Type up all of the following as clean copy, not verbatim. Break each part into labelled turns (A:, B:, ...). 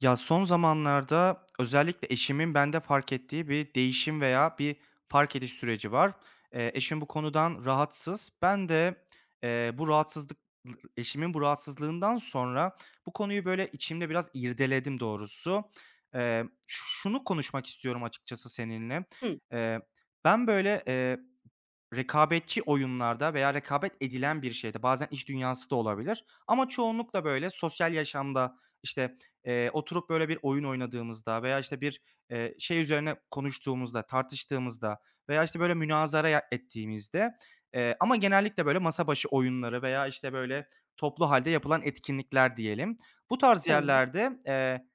A: Ya, son zamanlarda özellikle eşimin bende fark ettiği bir değişim veya bir fark ediş süreci var. Eşim bu konudan rahatsız. Ben de, bu rahatsızlık eşimin bu rahatsızlığından sonra bu konuyu, böyle, içimde biraz irdeledim doğrusu. Şunu konuşmak istiyorum açıkçası seninle.
B: Hıı,
A: Eee, Ben, böyle, rekabetçi oyunlarda veya rekabet edilen bir şeyde, bazen iş dünyası da olabilir ama çoğunlukla, böyle, sosyal yaşamda, işte, oturup, böyle, bir oyun oynadığımızda veya, işte, bir, şey üzerine konuştuğumuzda, tartıştığımızda veya, işte, böyle, münazara ya ettiğimizde, ama genellikle, böyle, masa başı oyunları veya, işte, böyle, toplu halde yapılan etkinlikler diyelim. Bu tarz
B: tamam,
A: yerlerde, eee,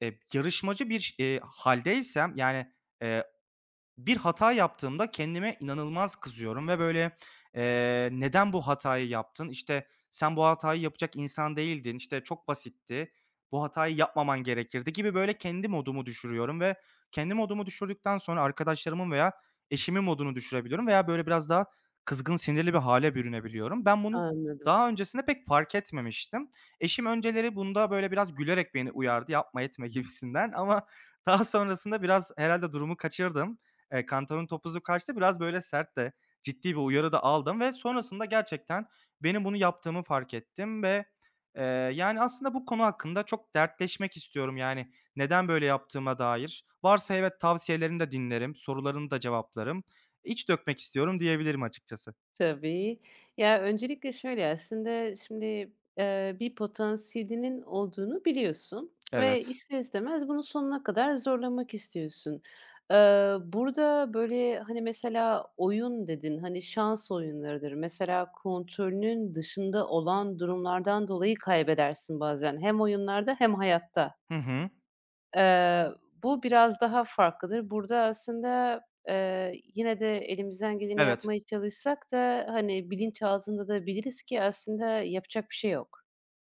A: eee, yarışmacı bir ş hâldeysem, yani, eee, bir hata yaptığımda kendime inanılmaz kızıyorum ve böyle, "Neden bu hatayı yaptın? İşte, sen bu hatayı yapacak insan değildin. İşte, çok basitti. Bu hatayı yapmaman gerekirdi." gibi böyle kendi modumu düşürüyorum ve kendi modumu düşürdükten sonra arkadaşlarımın veya eşimin modunu düşürebiliyorum veya böyle biraz daha kızgın, sinirli bir hale bürünebiliyorum. Ben bunu
B: anladım.
A: daha öncesinde pek fark etmemiştim. Eşim önceleri bunda böyle biraz gülerek beni uyardı, "Yapma etme." gibisinden ama daha sonrasında biraz herhalde durumu kaçırdım. Kantar'ın topuzu kaçtı. Biraz böyle sert de, ciddi bir uyarı da aldım ve sonrasında gerçekten benim bunu yaptığımı fark ettim ve, eee, yani, aslında bu konu hakkında çok dertleşmek istiyorum, yani, neden böyle yaptığıma dair. Varsa evet, tavsiyelerini de dinlerim, sorularını da cevaplarım. İç dökmek istiyorum diyebilirim açıkçası.
B: Tabii. Ya, öncelikle şöyle aslında şimdi, bir potansiyelinin olduğunu biliyorsun ve
A: Evet.
B: ister istemez bunu sonuna kadar zorlamak istiyorsun. Burada, böyle, hani, mesela oyun dedin, hani, şans oyunlarıdır. Mesela kontrolünün dışında olan durumlardan dolayı kaybedersin bazen hem oyunlarda hem hayatta.
A: Hı hı.
B: Eee, Bu biraz daha farklıdır. Burada aslında, yine de elimizden geleni
A: Evet.
B: yapmaya çalışsak da, hani, bilinçaltında da biliriz ki aslında yapacak bir şey yok.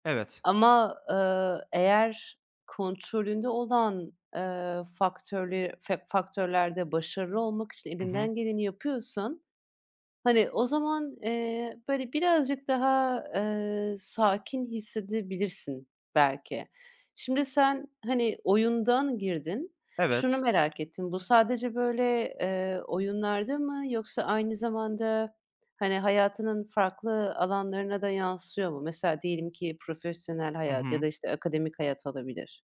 A: Evet.
B: Ama, eğer kontrolünde olan, faktörlerde başarılı olmak için
A: Hı hı.
B: elinden geleni yapıyorsan hani, o zaman, böyle, birazcık daha, sakin hissedebilirsin belki. Şimdi sen, hani, oyundan girdin. Şunu
A: Evet.
B: merak ettim, bu sadece, böyle, oyunlarda mı yoksa aynı zamanda, hani, hayatının farklı alanlarına da yansıyor mu? Mesela diyelim ki profesyonel
A: Hı
B: hayat ya
A: hı.
B: da, işte, akademik hayat olabilir.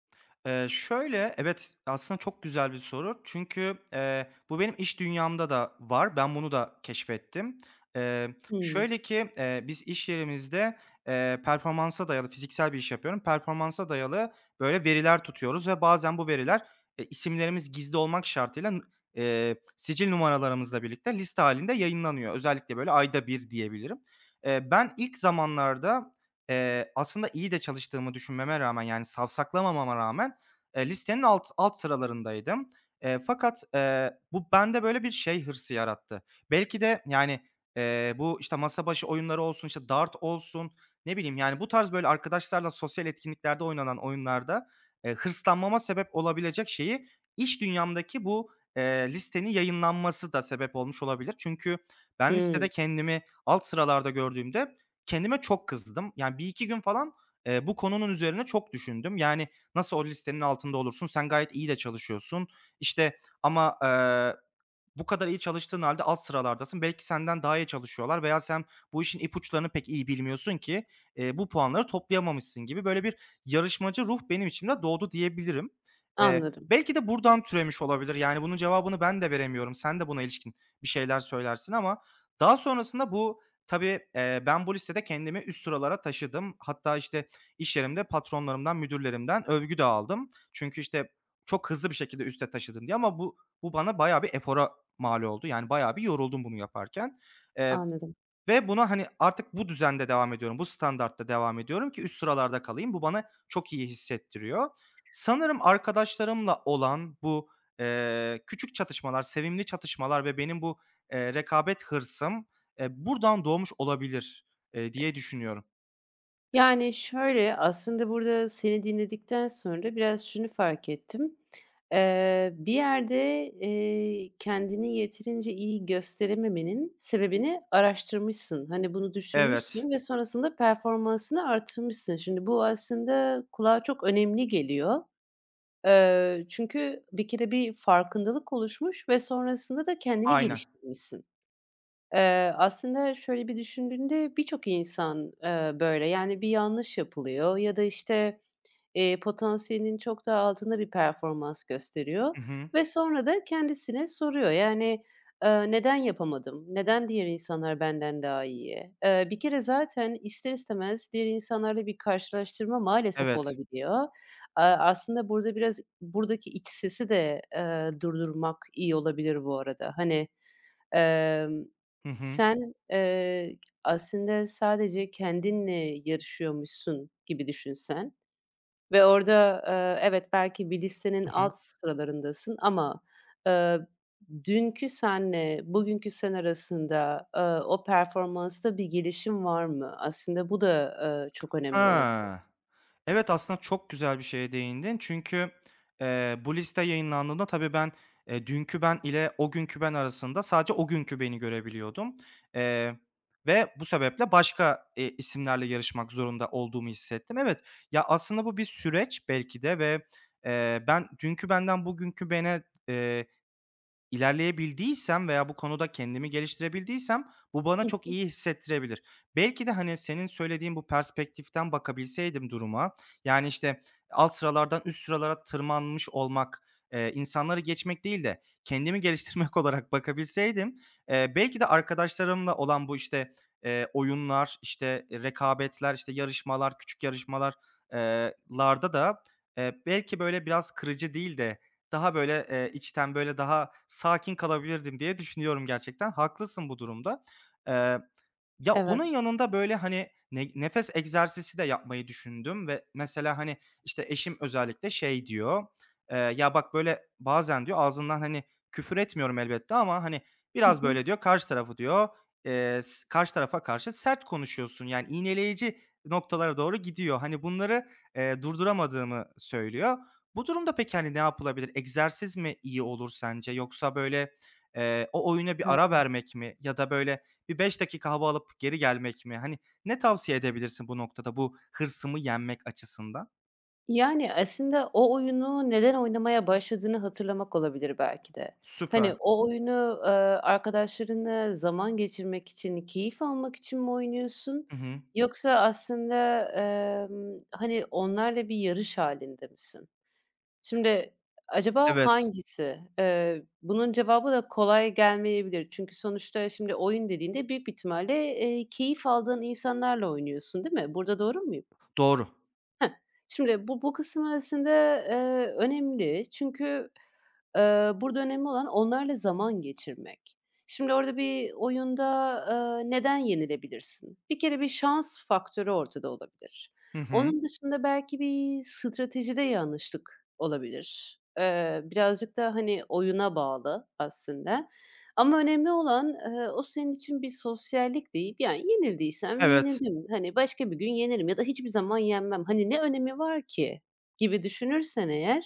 A: Şöyle, evet, aslında çok güzel bir soru. Çünkü, bu benim iş dünyamda da var. Ben bunu da keşfettim. Eee,
B: Hımm.
A: Şöyle ki, biz iş yerimizde, performansa dayalı fiziksel bir iş yapıyorum. Performansa dayalı böyle veriler tutuyoruz ve bazen bu veriler, isimlerimiz gizli olmak şartıyla n sicil numaralarımızla birlikte liste halinde yayınlanıyor. Özellikle böyle ayda bir diyebilirim. Ben ilk zamanlarda, aslında iyi de çalıştığımı düşünmeme rağmen, yani, savsaklamamama rağmen listenin alt alt sıralarındaydım. Fakat, bu bende böyle bir şey hırsı yarattı. Belki de, yani, bu, işte, masa başı oyunları olsun, işte, dart olsun, ne bileyim, yani, bu tarz böyle arkadaşlarla sosyal etkinliklerde oynanan oyunlarda, hırslanmama sebep olabilecek şeyi iş dünyamdaki bu, listenin yayınlanması da sebep olmuş olabilir. Çünkü ben
B: Hımm.
A: listede kendimi alt sıralarda gördüğümde kendime çok kızdım. Yani, bir iki gün falan, bu konunun üzerine çok düşündüm. Yani, nasıl o listenin altında olursun? Sen gayet iyi de çalışıyorsun. İşte ama, bu kadar iyi çalıştığın halde alt sıralardasın. Belki senden daha iyi çalışıyorlar veya sen bu işin ipuçlarını pek iyi bilmiyorsun ki, bu puanları toplayamamışsın gibi böyle bir yarışmacı ruh benim içimde doğdu diyebilirim. Eee,
B: Anladım,
A: Belki de buradan türemiş olabilir. Yani bunun cevabını ben de veremiyorum. Sen de buna ilişkin bir şeyler söylersin ama daha sonrasında bu tabii, ben bu listede kendimi üst sıralara taşıdım. Hatta, işte, iş yerimde patronlarımdan, müdürlerimden övgü de aldım. Çünkü, işte, çok hızlı bir şekilde üste taşıdın diye ama bu bana bayağı bir efora mal oldu. Yani bayağı bir yoruldum bunu yaparken, eee,
B: anladım.
A: ve buna, hani, artık bu düzende devam ediyorum, bu standartta devam ediyorum ki üst sıralarda kalayım. Bu bana çok iyi hissettiriyor. Sanırım arkadaşlarımla olan bu, küçük çatışmalar, sevimli çatışmalar ve benim bu, rekabet hırsım, buradan doğmuş olabilir, diye düşünüyorum.
B: Yani, şöyle, aslında burada seni dinledikten sonra biraz şunu fark ettim. Bir yerde, kendini yeterince iyi gösterememenin sebebini araştırmışsın. Hani, bunu
A: Evet,
B: düşünmüşsün ve sonrasında performansını artırmışsın. Şimdi bu aslında kulağa çok önemli geliyor. Çünkü bir kere bir farkındalık oluşmuş ve sonrasında da kendini
A: aynen.
B: geliştirmişsin. Aslında şöyle bir düşündüğünde birçok insan, böyle. Yani, bir yanlış yapılıyor ya da, işte, potansiyelinin çok daha altında bir performans gösteriyor
A: Hı hı.
B: ve sonra da kendisine soruyor. Yani, "Neden yapamadım? Neden diğer insanlar benden daha iyi?" Bir kere zaten ister istemez diğer insanlarla bir karşılaştırma maalesef
A: Evet.
B: olabiliyor. Aaa, aslında burada biraz buradaki iç sesi de, durdurmak iyi olabilir bu arada. Hani, Emm,
A: Hı hı.
B: sen, aslında sadece kendinle yarışıyormuşsun gibi düşünsen ve orada, evet, belki bir listenin
A: Hı hı.
B: alt sıralarındasın ama, eee, dünkü senle bugünkü sen arasında, o performansta bir gelişim var mı? Aslında bu da, çok önemli olabilir.
A: Ha. Evet, aslında çok güzel bir şeye değindin. Çünkü, bu liste yayınlandığında tabii ben, dünkü ben ile o günkü ben arasında sadece o günkü beni görebiliyordum, eee, ve bu sebeple başka, isimlerle yarışmak zorunda olduğumu hissettim. Evet, ya, aslında bu bir süreç belki de ve, ben dünkü benden bugünkü bene, İlerleyebildiysem veya bu konuda kendimi geliştirebildiysem bu bana
B: Hı
A: çok
B: hı.
A: iyi hissettirebilir. Belki de, hani, senin söylediğin bu perspektiften bakabilseydim duruma, yani, işte, alt sıralardan üst sıralara tırmanmış olmak, insanları geçmek değil de kendimi geliştirmek olarak bakabilseydim, belki de arkadaşlarımla olan bu, işte, oyunlar, işte, rekabetler, işte, yarışmalar, küçük yarışmalar larda da, belki, böyle, biraz kırıcı değil de daha böyle, içten, böyle, daha sakin kalabilirdim diye düşünüyorum gerçekten. Haklısın bu durumda. Eee ya, onun
B: Evet.
A: yanında, böyle, hani, ne nefes egzersizi de yapmayı düşündüm ve mesela, hani, işte, eşim özellikle şey diyor, "Ya, bak, böyle, bazen" diyor, "ağzından, hani, küfür etmiyorum elbette ama, hani,
B: Hı
A: biraz,
B: hı.
A: böyle" diyor, "karşı tarafı" diyor, s "karşı tarafa karşı sert konuşuyorsun." Yani iğneleyici noktalara doğru gidiyor. Hani, bunları, durduramadığımı söylüyor. Bu durumda peki, hani, ne yapılabilir? Egzersiz mi iyi olur sence yoksa, böyle, o oyuna bir ara vermek mi ya da, böyle, bir 5 dakika hava alıp geri gelmek mi? Hani, ne tavsiye edebilirsin bu noktada, bu hırsımı yenmek açısından?
B: Yani, aslında o oyunu neden oynamaya başladığını hatırlamak olabilir belki de.
A: Süper.
B: Hani, o oyunu, arkadaşlarınla zaman geçirmek için, keyif almak için mi oynuyorsun
A: Hı hı.
B: yoksa aslında, hani, onlarla bir yarış halinde misin? Şimdi acaba
A: Evet,
B: hangisi? Bunun cevabı da kolay gelmeyebilir. Çünkü sonuçta şimdi oyun dediğinde büyük bir ihtimalle, keyif aldığın insanlarla oynuyorsun, değil mi? Burada doğru muyum?
A: doğru.
B: Şimdi bu kısım arasında önemli çünkü, burada önemli olan onlarla zaman geçirmek. Şimdi orada bir oyunda, neden yenilebilirsin? Bir kere bir şans faktörü ortada olabilir.
A: Hı hı.
B: Onun dışında belki bir stratejide yanlışlık olabilir. Birazcık da, hani, oyuna bağlı aslında. Ama önemli olan, o senin için bir sosyallik deyip, yani, yenildiysem
A: Evet,
B: yenildim, hani, başka bir gün yenirim ya da hiçbir zaman yenmem, hani, ne önemi var ki gibi düşünürsen eğer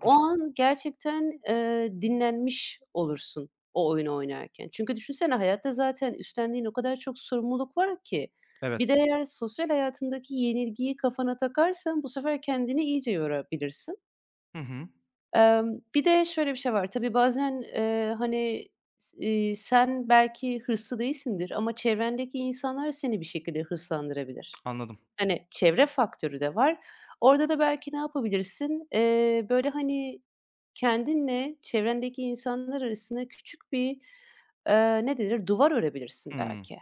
B: o an gerçekten, dinlenmiş olursun o oyunu oynarken. Çünkü düşünsene hayatta zaten üstlendiğin o kadar çok sorumluluk var ki. Bir de
A: Evet.
B: eğer sosyal hayatındaki yenilgiyi kafana takarsan bu sefer kendini iyice yorabilirsin.
A: Hı hı.
B: Bir de şöyle bir şey var. Tabii bazen, hani, sen belki hırslı değilsindir ama çevrendeki insanlar seni bir şekilde hırslandırabilir.
A: Anladım.
B: Hani, çevre faktörü de var. Orada da belki ne yapabilirsin? Böyle, hani, kendinle çevrendeki insanlar arasında küçük bir, ne denir, duvar örebilirsin
A: Hımm.
B: belki.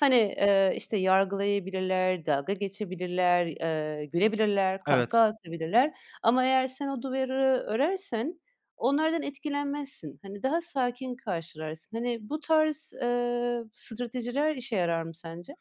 B: Hani, işte, yargılayabilirler, dalga geçebilirler, gülebilirler, kahkaha
A: Evet.
B: atabilirler ama eğer sen o duvarı örersen onlardan etkilenmezsin. Hani, daha sakin karşılarsın. Hani, bu tarz, stratejiler işe yarar mı sence?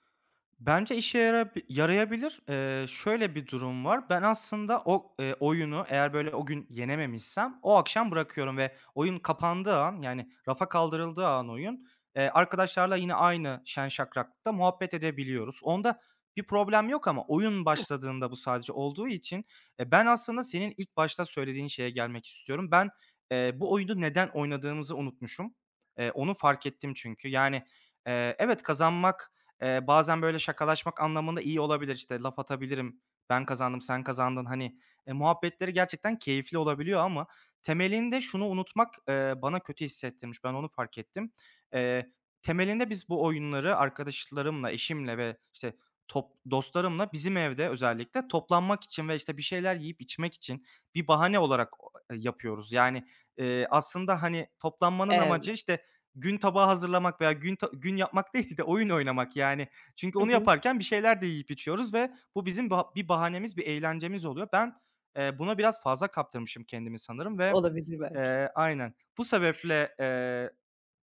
A: Bence işe yarayabilir. Şöyle bir durum var. Ben aslında o, oyunu eğer böyle o gün yenememişsem o akşam bırakıyorum ve oyun kapandığı an, yani rafa kaldırıldığı an oyun, arkadaşlarla yine aynı şen şakraklıkta muhabbet edebiliyoruz. Onda bir problem yok ama oyun
B: Hah,
A: başladığında bu sadece olduğu için, ben aslında senin ilk başta söylediğin şeye gelmek istiyorum. Ben, bu oyunu neden oynadığımızı unutmuşum. Onu fark ettim çünkü. Yani, evet kazanmak bazen böyle şakalaşmak anlamında iyi olabilir. İşte, laf atabilirim, "Ben kazandım, sen kazandın." hani, muhabbetleri gerçekten keyifli olabiliyor ama temelinde şunu unutmak, bana kötü hissettirmiş. Ben onu fark ettim. Eee, Temelinde biz bu oyunları arkadaşlarımla, eşimle ve, işte, top dostlarımla bizim evde özellikle toplanmak için ve, işte, bir şeyler yiyip içmek için bir bahane olarak o yapıyoruz. Yani, aslında, hani, toplanmanın
B: evet.
A: amacı, işte, gün tabağı hazırlamak veya gün gün yapmak değil de oyun oynamak yani. Çünkü
B: Hı
A: onu
B: hı.
A: yaparken bir şeyler de yiyip içiyoruz ve bu bizim bir bahanemiz, bir eğlencemiz oluyor. Ben, buna biraz fazla kaptırmışım kendimi sanırım ve,
B: Olabilir belki.
A: Aynen. Bu sebeple,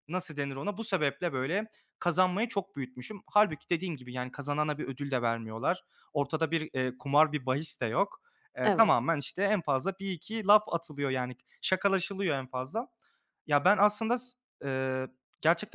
A: nasıl denir ona? Bu sebeple, böyle, kazanmayı çok büyütmüşüm. Halbuki dediğim gibi, yani, kazanana bir ödül de vermiyorlar. Ortada bir, kumar, bir bahis de yok.
B: Evet.
A: Tamamen, işte, en fazla bir iki laf atılıyor, yani, şakalaşılıyor en fazla. Ya, ben aslında s eee,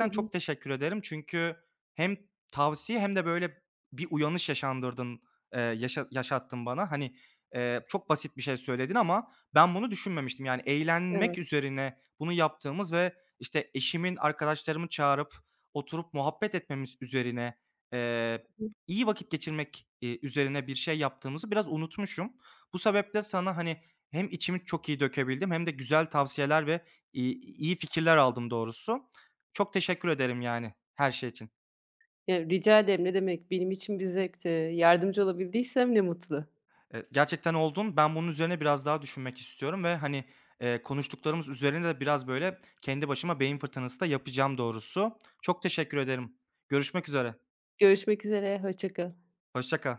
B: Hı hı.
A: çok teşekkür ederim. Çünkü hem tavsiye hem de, böyle, bir uyanış yaşattın bana. Hani, çok basit bir şey söyledin ama ben bunu düşünmemiştim. Yani,
B: Evet.
A: eğlenmek üzerine bunu yaptığımız ve işte, eşimin arkadaşlarımı çağırıp oturup muhabbet etmemiz üzerine, eee,
B: Hı hı.
A: iyi vakit geçirmek, üzerine bir şey yaptığımızı biraz unutmuşum. Bu sebeple sana, hani, hem içimi çok iyi dökebildim hem de güzel tavsiyeler ve, iyi fikirler aldım doğrusu. Çok teşekkür ederim, yani, her şey için.
B: Ya, rica ederim. Ne demek. Benim için bir zevkti. Yardımcı olabildiysem ne mutlu.
A: Gerçekten oldun. Ben bunun üzerine biraz daha düşünmek istiyorum ve, hani, konuştuklarımız üzerine de biraz, böyle, kendi başıma beyin fırtınası da yapacağım doğrusu. Çok teşekkür ederim. Görüşmek üzere.
B: Görüşmek üzere, hoşça kal.
A: Hoşça kal.